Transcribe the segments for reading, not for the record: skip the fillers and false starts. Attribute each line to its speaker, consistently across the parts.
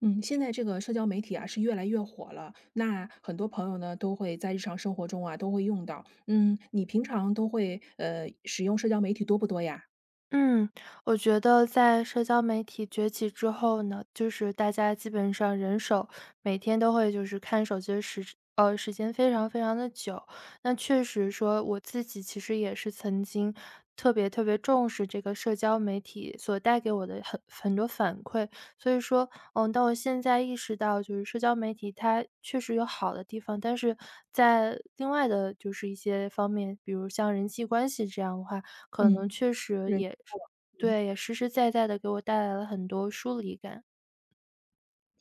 Speaker 1: 嗯，现在这个社交媒体啊是越来越火了，那很多朋友呢都会在日常生活中啊都会用到。嗯，你平常都会使用社交媒体多不多呀？
Speaker 2: 嗯，我觉得在社交媒体崛起之后呢，就是大家基本上人手每天都会就是看手机的时呃，时间非常非常的久。那确实说我自己其实也是曾经特别特别重视这个社交媒体所带给我的很多反馈。所以说，嗯，但我现在意识到就是社交媒体它确实有好的地方，但是在另外的就是一些方面，比如像人际关系这样的话，可能
Speaker 1: 嗯，
Speaker 2: 确实
Speaker 1: 人
Speaker 2: 也是
Speaker 1: 嗯
Speaker 2: 对，也实实在在的给我带来了很多疏离感。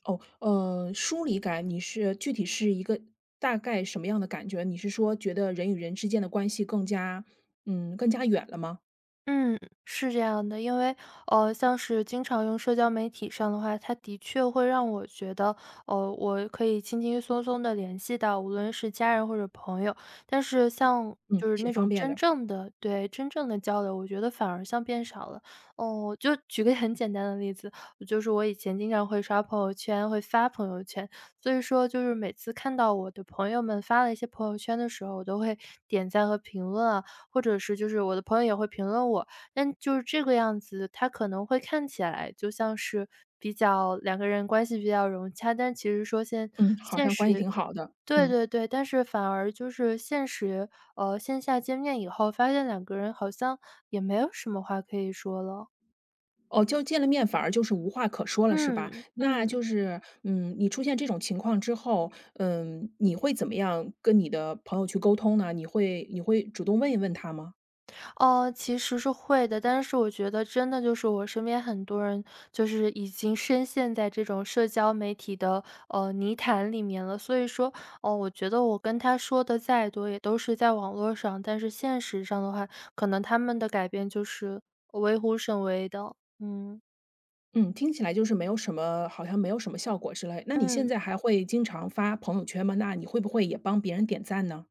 Speaker 1: 哦呃，疏离感你是具体是一个大概什么样的感觉？你是说觉得人与人之间的关系更加远了吗？
Speaker 2: 嗯，是这样的，因为像是经常用社交媒体上的话，它的确会让我觉得,我可以轻轻松松的联系到，无论是家人或者朋友。但是像
Speaker 1: 嗯，
Speaker 2: 就是
Speaker 1: 挺
Speaker 2: 那
Speaker 1: 方
Speaker 2: 种
Speaker 1: 便
Speaker 2: 真
Speaker 1: 的，
Speaker 2: 正的对，真正的交流，我觉得反而像变少了。哦，就举个很简单的例子，就是我以前经常会刷朋友圈，会发朋友圈，所以说就是每次看到我的朋友们发了一些朋友圈的时候，我都会点赞和评论啊。或者是就是我的朋友也会评论我，但就是这个样子，他可能会看起来就像是比较两个人关系比较融洽，但其实说现
Speaker 1: 嗯，好像关系挺好的，
Speaker 2: 对
Speaker 1: 嗯。
Speaker 2: 对对，但是反而就是现实,线下见面以后，发现两个人好像也没有什么话可以说了。
Speaker 1: 哦，就见了面反而就是无话可说了，是吧？
Speaker 2: 嗯，
Speaker 1: 那就
Speaker 2: 嗯。
Speaker 1: 是，嗯，你出现这种情况之后，嗯，你会怎么样跟你的朋友去沟通呢？你会主动问一问他吗？
Speaker 2: 哦，其实是会的，但是我觉得真的就是我身边很多人就是已经深陷在这种社交媒体的泥潭里面了，所以说，哦，我觉得我跟他说的再多也都是在网络上，但是现实上的话，可能他们的改变就是微乎甚微的，嗯
Speaker 1: 嗯，听起来就是没有什么好像没有什么效果之类。那你现
Speaker 2: 嗯。
Speaker 1: 在还会经常发朋友圈吗？那你会不会也帮别人点赞呢？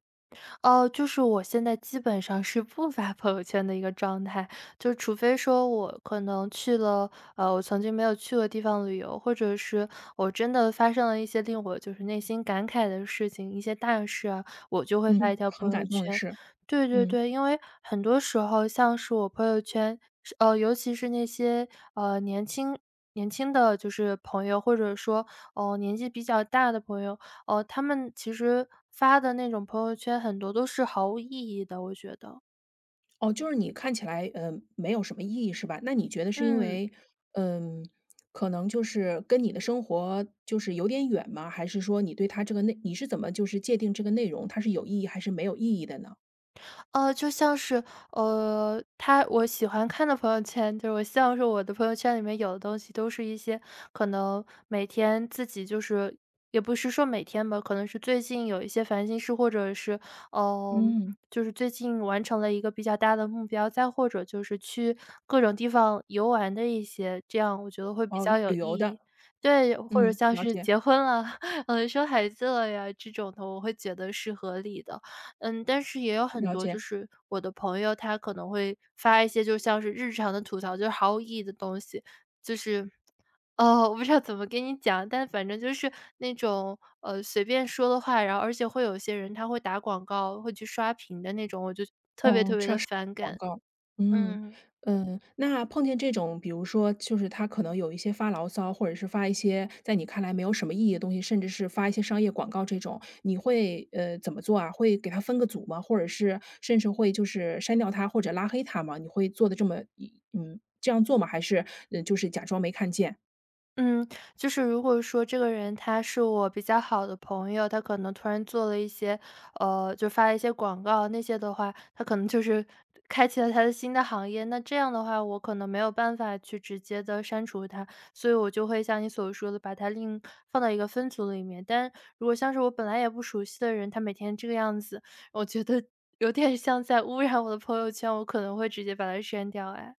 Speaker 2: 哦，就是我现在基本上是不发朋友圈的一个状态，就除非说我可能去了,我曾经没有去过地方旅游，或者是我真的发生了一些令我就是内心感慨的事情，一些大事啊，我就会发一
Speaker 1: 嗯，
Speaker 2: 条
Speaker 1: 很
Speaker 2: 朋友
Speaker 1: 感动的
Speaker 2: 圈。
Speaker 1: 是，
Speaker 2: 对对
Speaker 1: 嗯。
Speaker 2: 对，因为很多时候像是我朋友圈，是呃，尤其是那些呃年轻。年轻的就是朋友，或者说哦、年纪比较大的朋友，哦，他们其实发的那种朋友圈很多都是毫无意义的，我觉得。
Speaker 1: 哦，就是你看起来，没有什么意义是吧？那你觉得是因
Speaker 2: 嗯。
Speaker 1: 为，嗯，可能就是跟你的生活就是有点远吗？还是说你对它这个内你是怎么就是界定这个内容，它是有意义还是没有意义的呢？
Speaker 2: 就像是,我喜欢看的朋友圈，就是我希望说我的朋友圈里面有的东西都是一些可能每天自己就是也不是说每天吧，可能是最近有一些烦心事，或者是嗯，呃，
Speaker 1: 嗯。
Speaker 2: 就是最近完成了一个比较大的目标，再或者就是去各种地方游玩的一些，这样我觉得会比
Speaker 1: 哦，
Speaker 2: 较有
Speaker 1: 旅
Speaker 2: 意
Speaker 1: 游的，
Speaker 2: 义。对，或者
Speaker 1: 嗯，
Speaker 2: 像
Speaker 1: 了
Speaker 2: 是
Speaker 1: 解，
Speaker 2: 结婚了，生孩子了呀这种的，我会觉得是合理的。嗯，但是也有很
Speaker 1: 了
Speaker 2: 多
Speaker 1: 解。
Speaker 2: 就是我的朋友，他可能会发一些就像是日常的吐槽，就是毫无意义的东西，就是 哦，我不知道怎么跟你讲，但反正就是那种随便说的话，然后而且会有些人他会打广告，会去刷屏的那种，我就特别
Speaker 1: 哦，
Speaker 2: 特别
Speaker 1: 这
Speaker 2: 的
Speaker 1: 是
Speaker 2: 反
Speaker 1: 广
Speaker 2: 感。
Speaker 1: 告。嗯，
Speaker 2: 嗯。
Speaker 1: 嗯，那碰见这种，比如说就是他可能有一些发牢骚，或者是发一些在你看来没有什么意义的东西，甚至是发一些商业广告这种，你会，怎么做啊？会给他分个组吗？或者是甚至会就是删掉他或者拉黑他吗？你会做的这么这样做吗？还是，就是假装没看见？
Speaker 2: 嗯，就是如果说这个人他是我比较好的朋友，他可能突然做了一些，呃，就发了一些广告那些的话，他可能就是开启了他的新的行业。那这样的话，我可能没有办法去直接的删除他，所以我就会像你所说的，把他另放到一个分组里面。但如果像是我本来也不熟悉的人，他每天这个样子，我觉得有点像在污染我的朋友圈，我可能会直接把他删掉。哎，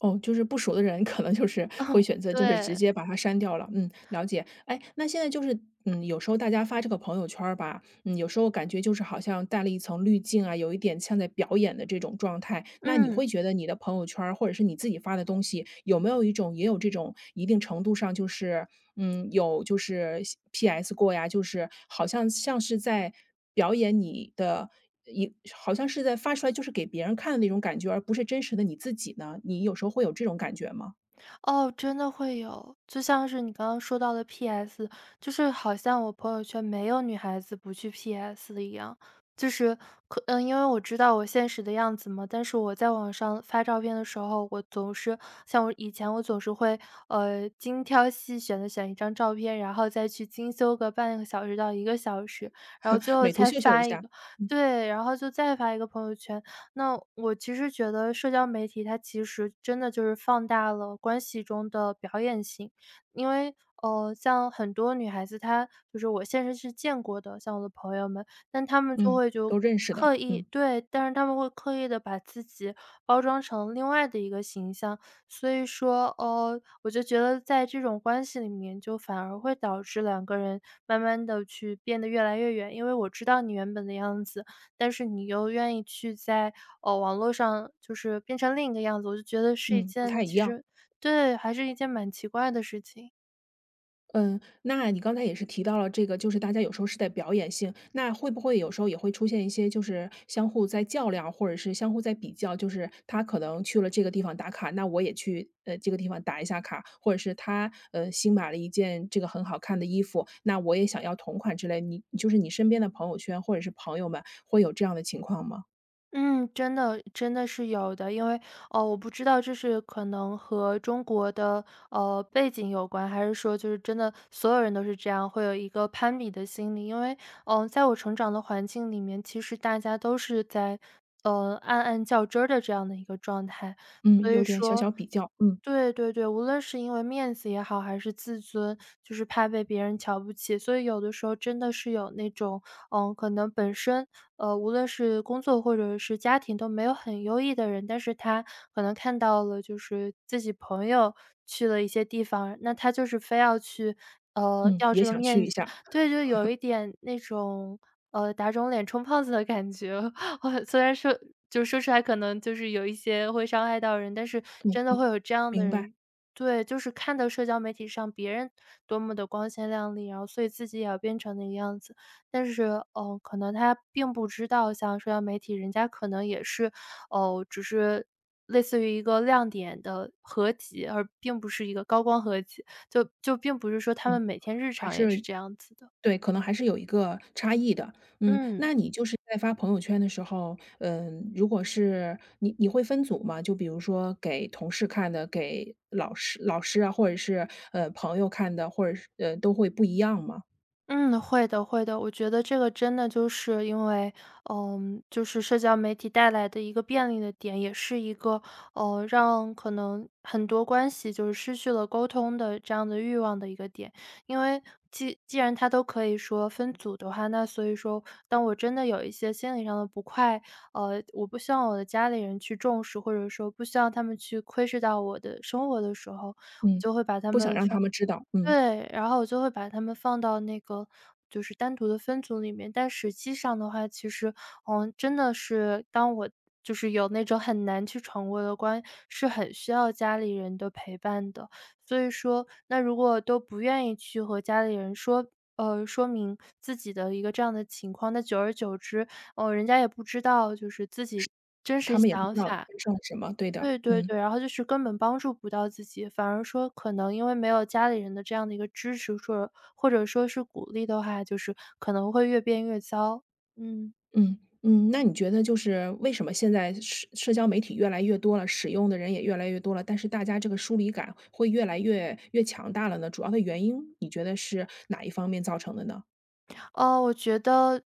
Speaker 1: 哦，就是不熟的人，可能就是会 选择就是直
Speaker 2: 对，
Speaker 1: 接把它删掉了。嗯，了解。哎，那现在就是，嗯，有时候大家发这个朋友圈儿吧，嗯，有时候感觉就是好像带了一层滤镜啊，有一点像在表演的这种状态。那你
Speaker 2: 嗯。
Speaker 1: 会觉得你的朋友圈儿或者是你自己发的东西，有没有一种也有这种一定程度上就是有就是 PS 过呀，就是好像像是在表演你的一好像是在发出来就是给别人看的那种感觉，而不是真实的你自己呢？你有时候会有这种感觉吗？
Speaker 2: 哦，真的会有，就像是你刚刚说到的 PS,就是好像我朋友圈没有女孩子不去 PS 的一样。就是因为我知道我现实的样子嘛，但是我在网上发照片的时候，我总是像我以前我总是会，呃，精挑细选的选一张照片，然后再去精修个半个小时到一个小时，然后最 后
Speaker 1: 美图
Speaker 2: 才
Speaker 1: 秀秀一
Speaker 2: 发一
Speaker 1: 下，
Speaker 2: 个对，然后就再发一个朋友圈。那我其实觉得社交媒体它其实真的就是放大了关系中的表演性，因为像很多女孩子，她就是我现实是见过的，像我的朋友们，但她们就
Speaker 1: 嗯，
Speaker 2: 会就
Speaker 1: 都认识的，
Speaker 2: 刻
Speaker 1: 嗯，
Speaker 2: 意对，但是她们会刻意的把自己包装成另外的一个形象，所以说,我就觉得在这种关系里面，就反而会导致两个人慢慢的去变得越来越远，因为我知道你原本的样子，但是你又愿意去在网络上就是变成另一个样子，我就觉得是一
Speaker 1: 嗯，不
Speaker 2: 件
Speaker 1: 太一
Speaker 2: 其
Speaker 1: 样。
Speaker 2: 实对，还是一件蛮奇怪的事情。
Speaker 1: 嗯，那你刚才也是提到了这个，就是大家有时候是在表演性，那会不会有时候也会出现一些就是相互在较量，或者是相互在比较，就是他可能去了这个地方打卡，那我也去这个地方打一下卡，或者是他新买了一件这个很好看的衣服，那我也想要同款之类，你就是你身边的朋友圈或者是朋友们会有这样的情况吗？
Speaker 2: 嗯，真的真的是有的。因为，哦，我不知道这是可能和中国的背景有关，还是说就是真的所有人都是这样，会有一个攀比的心理。因为,在我成长的环境里面，其实大家都是在,暗暗较真儿的这样的一个状态。
Speaker 1: 嗯，
Speaker 2: 所
Speaker 1: 有
Speaker 2: 以
Speaker 1: 点小
Speaker 2: 说
Speaker 1: 小比较，嗯
Speaker 2: 对对对，无论是因为面子也好，还是自尊，就是怕被别人瞧不起，所以有的时候真的是有那种，可能本身,无论是工作或者是家庭都没有很优异的人，但是他可能看到了就是自己朋友去了一些地方，那他就是非要去，
Speaker 1: 嗯，
Speaker 2: 要
Speaker 1: 也
Speaker 2: 这个
Speaker 1: 想去
Speaker 2: 面
Speaker 1: 一
Speaker 2: 子，
Speaker 1: 下，
Speaker 2: 对，就有一点那种，打肿脸充胖子的感觉。哦，虽然说就说出来可能就是有一些会伤害到人，但是真的会有这样的
Speaker 1: 明白，
Speaker 2: 人对，就是看到社交媒体上别人多么的光鲜亮丽，然后所以自己也要变成那个样子。但是，可能他并不知道像社交媒体，人家可能也是，哦，只是类似于一个亮点的合集，而并不是一个高光合集，就并不是说他
Speaker 1: 嗯，
Speaker 2: 们每天日
Speaker 1: 还
Speaker 2: 常也是
Speaker 1: 是
Speaker 2: 这样子的。
Speaker 1: 对，可能还是有一个差异的。嗯，
Speaker 2: 嗯。
Speaker 1: 那你就是在发朋友圈的时候，嗯，如果是你会分组吗？就比如说给同事看的，给老师啊，或者是，朋友看的，或者是都会不一样吗？
Speaker 2: 嗯，会的会的。我觉得这个真的就是因为,就是社交媒体带来的一个便利的点，也是一个，让可能很多关系就是失去了沟通的这样的欲望的一个点。因为既然它都可以说分组的话，那所以说当我真的有一些心理上的不快，我不希望我的家里人去重视，或者说不希望他们去窥视到我的生活的时候，我
Speaker 1: 嗯，
Speaker 2: 就会把他
Speaker 1: 不想
Speaker 2: 们
Speaker 1: 让
Speaker 2: 放
Speaker 1: 他们知道，嗯，
Speaker 2: 对，然后我就会把他们放到那个就是单独的分组里面，但实际上的话，其实,真的是当我就是有那种很难去闯过的关，是很需要家里人的陪伴的。所以说，那如果都不愿意去和家里人说说明自己的一个这样的情况，那久而久之，哦，人家也不知道就是自己真
Speaker 1: 他
Speaker 2: 实
Speaker 1: 们也不
Speaker 2: 想
Speaker 1: 知道发
Speaker 2: 法。
Speaker 1: 生了什么，对的，
Speaker 2: 对对
Speaker 1: 嗯。
Speaker 2: 对，然后就是根本帮助不到自己，反而说可能因为没有家里人的这样的一个支持，或者说是鼓励的话，就是可能会越变越糟。嗯。
Speaker 1: 嗯嗯，那你觉得就是为什么现在社交媒体越来越多了，使用的人也越来越多了，但是大家这个疏离感会越来越强大了呢？主要的原因你觉得是哪一方面造成的呢？
Speaker 2: 哦，我觉得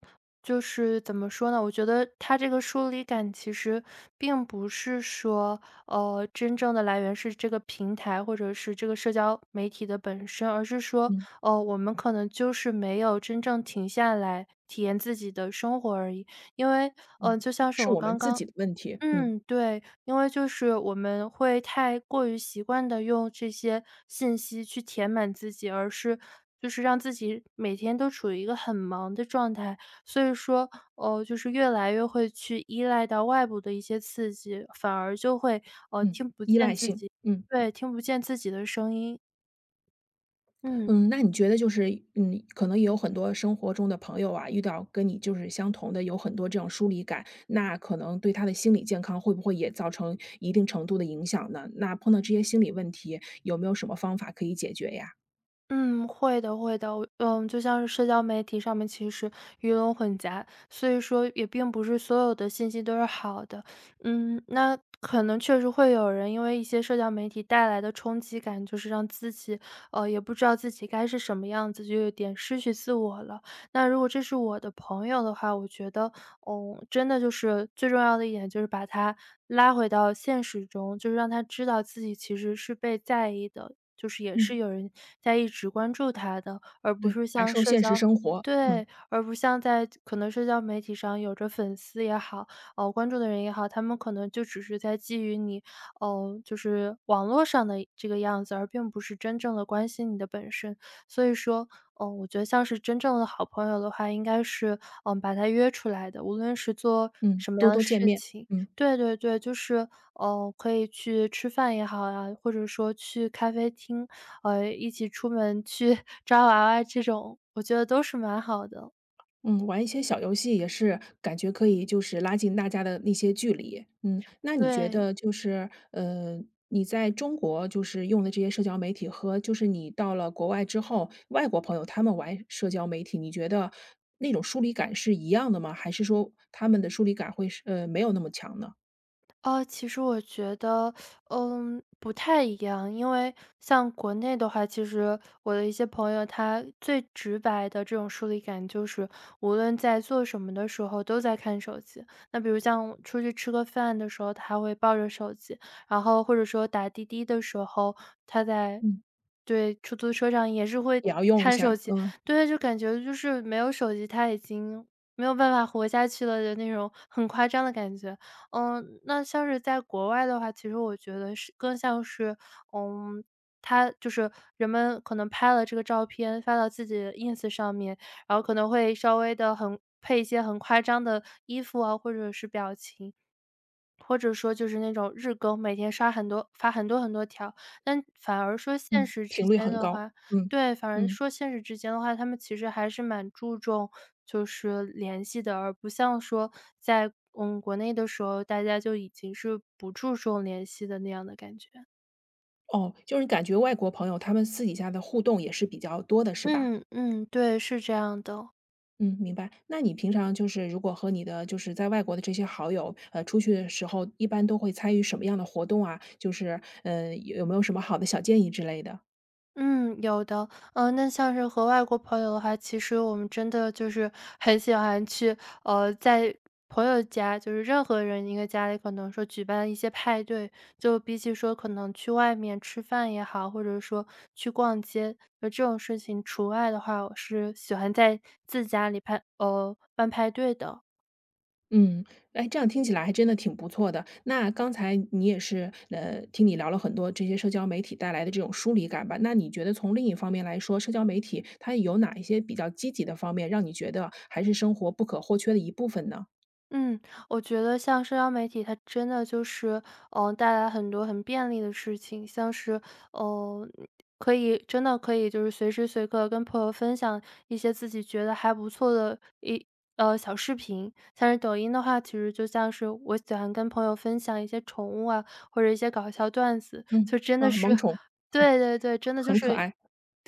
Speaker 2: 就是怎么说呢？我觉得它这个疏离感其实并不是说，真正的来源是这个平台或者是这个社交媒体的本身，而是说，
Speaker 1: 嗯
Speaker 2: 我们可能就是没有真正停下来体验自己的生活而已。因为，
Speaker 1: 嗯，
Speaker 2: 呃，就像是
Speaker 1: 是
Speaker 2: 我
Speaker 1: 我们
Speaker 2: 刚
Speaker 1: 自
Speaker 2: 刚
Speaker 1: 己的问题，嗯
Speaker 2: 嗯，对，因为就是我们会太过于习惯的用这些信息去填满自己，而是就是让自己每天都处于一个很忙的状态。所以说，哦，就是越来越会去依赖到外部的一些刺激，反而就会，呃，
Speaker 1: 嗯，
Speaker 2: 听不
Speaker 1: 依赖
Speaker 2: 见自
Speaker 1: 性，
Speaker 2: 己
Speaker 1: 嗯。
Speaker 2: 对，听不见自己的声音。嗯。
Speaker 1: 嗯，那你觉得就是，嗯，可能也有很多生活中的朋友啊，遇到跟你就是相同的，有很多这种疏离感，那可能对他的心理健康会不会也造成一定程度的影响呢？那碰到这些心理问题，有没有什么方法可以解决呀？
Speaker 2: 嗯，会的，会的，嗯，就像是社交媒体上面，其实鱼龙混杂，所以说也并不是所有的信息都是好的。嗯，那可能确实会有人因为一些社交媒体带来的冲击感，就是让自己，也不知道自己该是什么样子，就有点失去自我了。那如果这是我的朋友的话，我觉得，嗯，真的就是最重要的一点就是把他拉回到现实中，就是让他知道自己其实是被在意的。就是也是
Speaker 1: 嗯，
Speaker 2: 有人在一直关注他的，而不
Speaker 1: 对，
Speaker 2: 是
Speaker 1: 感
Speaker 2: 像
Speaker 1: 受
Speaker 2: 社
Speaker 1: 现实
Speaker 2: 交
Speaker 1: 生活，嗯
Speaker 2: 对，而不像在可能社交媒体上有着粉丝也好，关注的人也好，他们可能就只是在基于你，哦，就是网络上的这个样子，而并不是真正的关心你的本身。所以说，嗯，我觉得像是真正的好朋友的话，应该是，嗯，把他约出来的，无论是做
Speaker 1: 嗯，
Speaker 2: 什么
Speaker 1: 多
Speaker 2: 样的
Speaker 1: 多见
Speaker 2: 事
Speaker 1: 面，
Speaker 2: 情
Speaker 1: 嗯。
Speaker 2: 对对对，就是，哦，可以去吃饭也好呀，或者说去咖啡厅，一起出门去 抓娃娃这种，我觉得都是蛮好的。
Speaker 1: 嗯，玩一些小游戏也是感觉可以就是拉近大家的那些距离。嗯，那你觉
Speaker 2: 对，
Speaker 1: 得就是，你在中国就是用的这些社交媒体和就是你到了国外之后，外国朋友他们玩社交媒体，你觉得那种疏离感是一样的吗？还是说他们的疏离感会是没有那么强呢？
Speaker 2: 哦，其实我觉得，嗯，不太一样。因为像国内的话，其实我的一些朋友，他最直白的这种疏离感，就是无论在做什么的时候都在看手机。那比如像出去吃个饭的时候，他会抱着手机，然后或者说打滴滴的时候，他在
Speaker 1: 嗯，
Speaker 2: 对，出租车上也是会
Speaker 1: 也要用一
Speaker 2: 看手
Speaker 1: 下，
Speaker 2: 机。
Speaker 1: 嗯，
Speaker 2: 对，就感觉就是没有手机，他已经没有办法活下去了的那种很夸张的感觉。嗯，那像是在国外的话，其实我觉得是更像是，嗯，他就是人们可能拍了这个照片发到自己的 Ins 上面，然后可能会稍微的很配一些很夸张的衣服啊，或者是表情。或者说就是那种日更，每天刷很多发很多很多条，但反而说现
Speaker 1: 嗯，
Speaker 2: 实之
Speaker 1: 频率
Speaker 2: 间
Speaker 1: 很
Speaker 2: 的
Speaker 1: 高，
Speaker 2: 话
Speaker 1: 嗯，
Speaker 2: 对，反而
Speaker 1: 嗯，
Speaker 2: 说现实之间的话，他们其实还是蛮注重就是联系的，而不像说在，嗯，国内的时候，大家就已经是不注重联系的那样的感觉。
Speaker 1: 哦，就是你感觉外国朋友他们私底下的互动也是比较多的，是吧？
Speaker 2: 嗯嗯，对，是这样的。
Speaker 1: 嗯，明白。那你平常就是如果和你的就是在外国的这些好友，出去的时候，一般都会参与什么样的活动啊？就是，有没有什么好的小建议之类的？
Speaker 2: 嗯，有的。嗯，那像是和外国朋友的话，其实我们真的就是很喜欢去，在朋友家，就是任何人一个家里，可能说举办一些派对，就比起说可能去外面吃饭也好，或者说去逛街，就这种事情除外的话，我是喜欢在自家里办派对的。
Speaker 1: 嗯，哎，这样听起来还真的挺不错的。那刚才你也是，听你聊了很多这些社交媒体带来的这种疏离感吧？那你觉得从另一方面来说，社交媒体它有哪一些比较积极的方面，让你觉得还是生活不可或缺的一部分呢？
Speaker 2: 嗯，我觉得像社交媒体，它真的就是，嗯，带来很多很便利的事情，像是，呃，可以真的可以就是随时随刻跟朋友分享一些自己觉得还不错的小视频，像是抖音的话，其实就像是我喜欢跟朋友分享一些宠物啊，或者一些搞笑段子，
Speaker 1: 嗯，
Speaker 2: 就真
Speaker 1: 啊，
Speaker 2: 的是，
Speaker 1: 萌宠，
Speaker 2: 对 对对，真的就
Speaker 1: 很可
Speaker 2: 是
Speaker 1: 爱。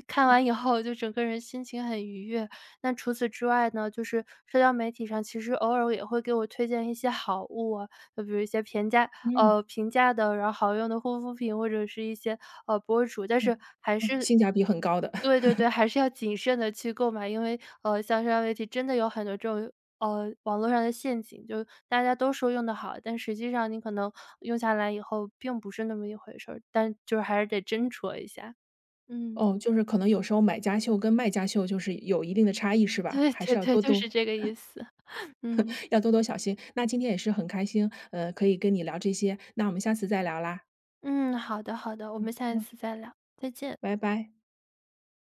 Speaker 2: 看
Speaker 1: 嗯
Speaker 2: 完以后就整个人心情很愉悦，那除此之外呢，就是社交媒体上其实偶尔也会给我推荐一些好物啊，就比如一些
Speaker 1: 嗯。
Speaker 2: 平价的，然后好用的护肤品或者是一些，博主，但是还
Speaker 1: 嗯，
Speaker 2: 是
Speaker 1: 性价比很高的。
Speaker 2: 对 对对，还是要谨慎的去购买，因为，像社交媒体真的有很多这种，网络上的陷阱，就大家都说用的好，但实际上你可能用下来以后并不是那么一回事儿，但就是还是得斟酌一下。嗯，
Speaker 1: 哦，就是可能有时候买家秀跟卖家秀就是有一定的差异是 吧？
Speaker 2: 对
Speaker 1: 还是
Speaker 2: 对
Speaker 1: 要
Speaker 2: 对，
Speaker 1: 多
Speaker 2: 就
Speaker 1: 多
Speaker 2: 是这个意思，嗯。
Speaker 1: 要多多小心。那今天也是很开心，可以跟你聊这些，那我们下次再聊啦。
Speaker 2: 嗯，好的好的，我们下一
Speaker 1: 嗯，
Speaker 2: 次再聊，再见。
Speaker 1: 拜拜。